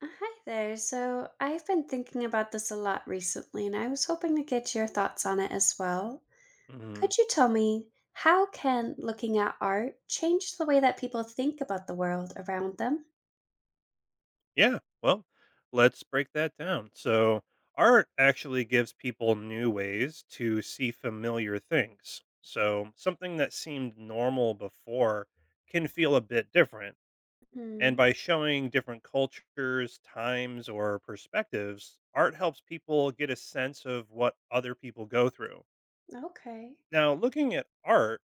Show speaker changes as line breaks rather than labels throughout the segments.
Hi there. So, I've been thinking about this a lot recently, and I was hoping to get your thoughts on it as well.
Mhm.
Could you tell me how can looking at art change the way that people think about the world around them?
Yeah. Well, let's break that down. So, art actually gives people new ways to see familiar things. So, something that seemed normal before can feel a bit different. And
Hmm.
by showing different cultures, times, or perspectives, art helps people get a sense of what other people go through.
Okay.
Now, looking at art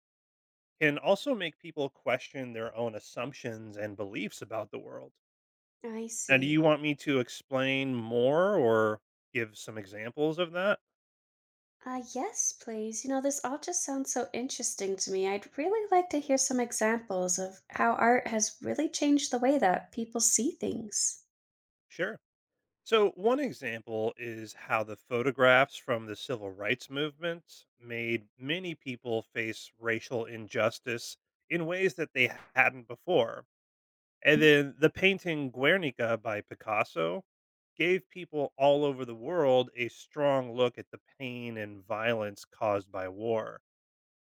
can also make people question their own assumptions and beliefs about the world.
I
Now, do
see.
you want me to explain more or give some examples of that?
Yes, please. This all just sounds so interesting to me. I'd really like to hear some examples of how art has really changed the way that people see things.
Sure. So, one example is how the photographs from the civil rights movement made many people face racial injustice in ways that they hadn't before. And then the painting Guernica by Picasso gave people all over the world a strong look at the pain and violence caused by war,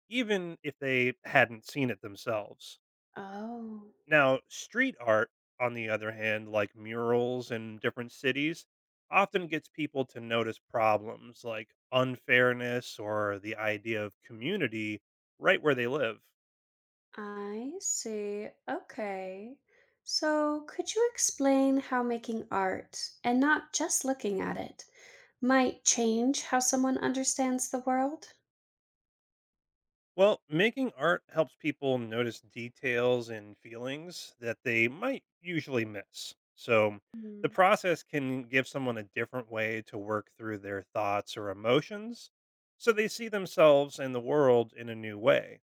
even if they hadn't seen it themselves.
Oh,
Now, street art, on the other hand, like murals in different cities, often gets people to notice problems like unfairness or the idea of community right where they live.
I see. Okay. So, could you explain how making art, and not just looking at it, might change how someone understands the world?
Well, making art helps people notice details and feelings that they might usually miss. So, the
Hmm.
process can give someone a different way to work through their thoughts or emotions so they see themselves and the world in a new way.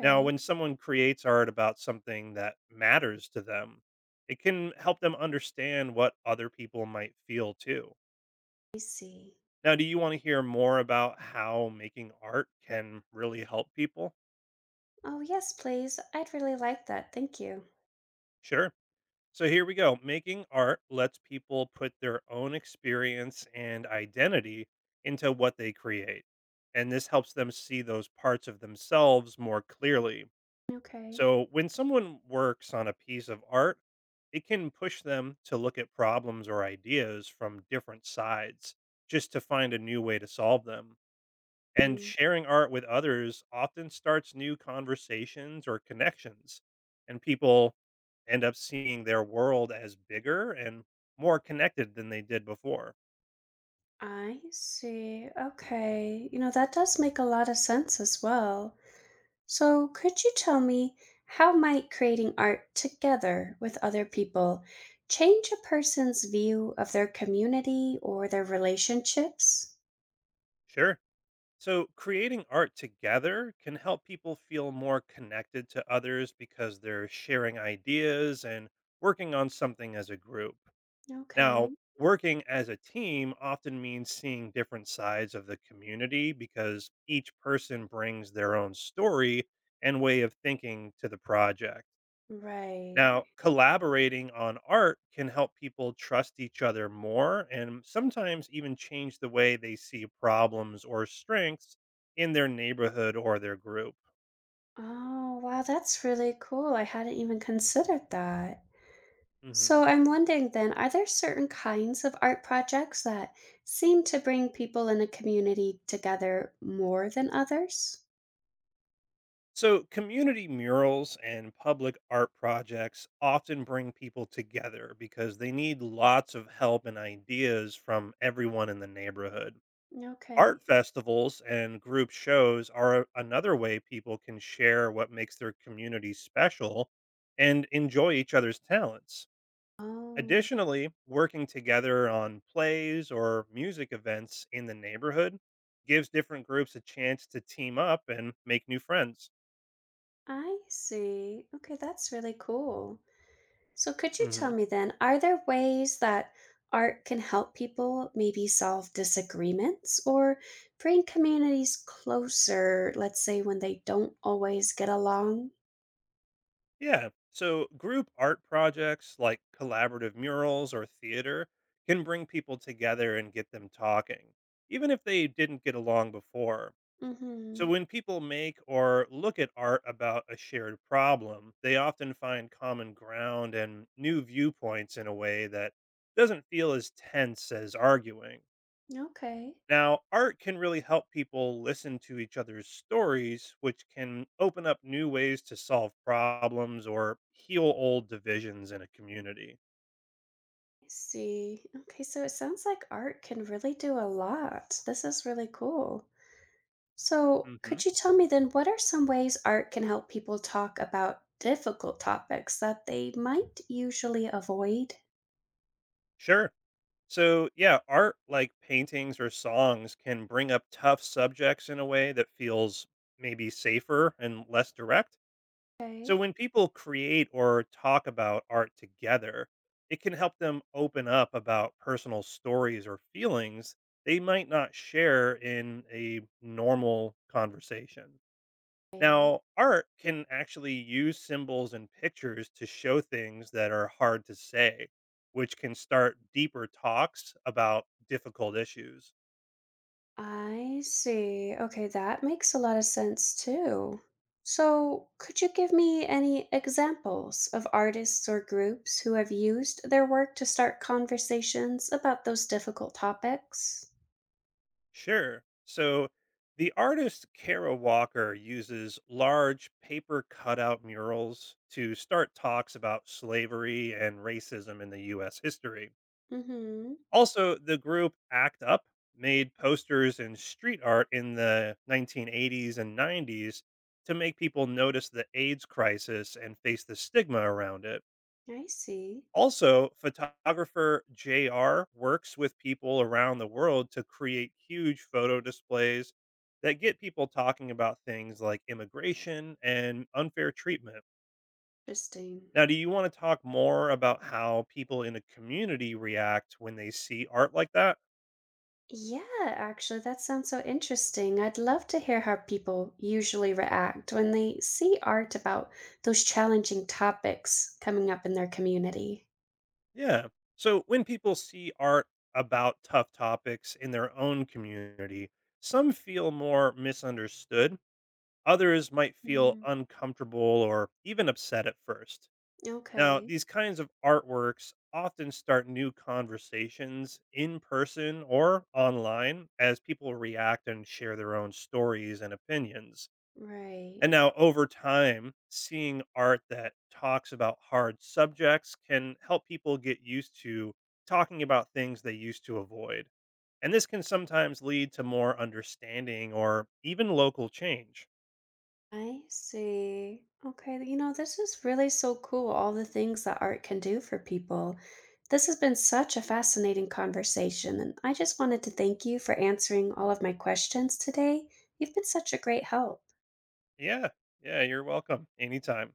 Now, when someone creates art about something that matters to them, it can help them understand what other people might feel too.
I see.
Now, do you want to hear more about how making art can really help people?
Oh, yes, please. I'd really like that. Thank you.
Sure. So here we go. Making art lets people put their own experience and identity into what they create. And this helps them see those parts of themselves more clearly.
Okay.
So, when someone works on a piece of art, it can push them to look at problems or ideas from different sides just to find a new way to solve them. And sharing art with others often starts new conversations or connections, and people end up seeing their world as bigger and more connected than they did before.
I see. Okay. That does make a lot of sense as well. So, could you tell me how might creating art together with other people change a person's view of their community or their relationships?
Sure. So, creating art together can help people feel more connected to others because they're sharing ideas and working on something as a group.
Okay.
Now, working as a team often means seeing different sides of the community because each person brings their own story and way of thinking to the project.
Right.
Now, collaborating on art can help people trust each other more and sometimes even change the way they see problems or strengths in their neighborhood or their group.
Oh, wow, that's really cool. I hadn't even considered that.
Mhm.
So I'm wondering then, are there certain kinds of art projects that seem to bring people in a community together more than others?
So, community murals and public art projects often bring people together because they need lots of help and ideas from everyone in the neighborhood. Art
Okay.
festivals and group shows are another way people can share what makes their community special and enjoy each other's talents.
Oh,
Additionally, working together on plays or music events in the neighborhood gives different groups a chance to team up and make new friends.
I see. Okay, that's really cool. So could you tell
hmm
me then, are there ways that art can help people maybe solve disagreements or bring communities closer, let's say when they don't always get along?
Yeah. So group art projects like collaborative murals or theater can bring people together and get them talking, even if they didn't get along before. So,
Mm-hmm.
when people make or look at art about a shared problem, they often find common ground and new viewpoints in a way that doesn't feel as tense as arguing.
Okay.
Now, art can really help people listen to each other's stories, which can open up new ways to solve problems or heal old divisions in a community.
See. Okay, so it sounds like art can really do a lot. This is really cool. So,
hmm
could you tell me then what are some ways art can help people talk about difficult topics that they might usually avoid?
Sure. So, yeah, art like paintings or songs can bring up tough subjects in a way that feels maybe safer and less direct. So,
Okay.
when people create or talk about art together, it can help them open up about personal stories or feelings they might not share in a normal conversation.
Right.
Now, art can actually use symbols and pictures to show things that are hard to say, which can start deeper talks about difficult issues.
I see. Okay, that makes a lot of sense too. So, could you give me any examples of artists or groups who have used their work to start conversations about those difficult topics?
Sure. So, the artist Kara Walker uses large paper cutout murals to start talks about slavery and racism in the US history.
Mm hmm.
Also, the group ACT UP made posters and street art in the 1980s and 90s to make people notice the AIDS crisis and face the stigma around it.
I see.
Also, photographer JR works with people around the world to create huge photo displays that get people talking about things like immigration and unfair treatment.
Interesting.
Now, do you want to talk more about how people in a community react when they see art like that?
Yeah, actually, that sounds so interesting. I'd love to hear how people usually react when they see art about those challenging topics coming up in their community.
Yeah. So when people see art about tough topics in their own community, some feel more misunderstood. Others might feel
Mm,
uncomfortable or even upset at first. Now,
okay,
these kinds of artworks often start new conversations in person or online as people react and share their own stories and opinions. And
right.
now over time, seeing art that talks about hard subjects can help people get used to talking about things they used to avoid. And this can sometimes lead to more understanding or even local change.
I see. Okay, this is really so cool, all the things that art can do for people. This has been such a fascinating conversation, and I just wanted to thank you for answering all of my questions today. You've been such a great help.
Yeah, yeah, you're welcome. Anytime.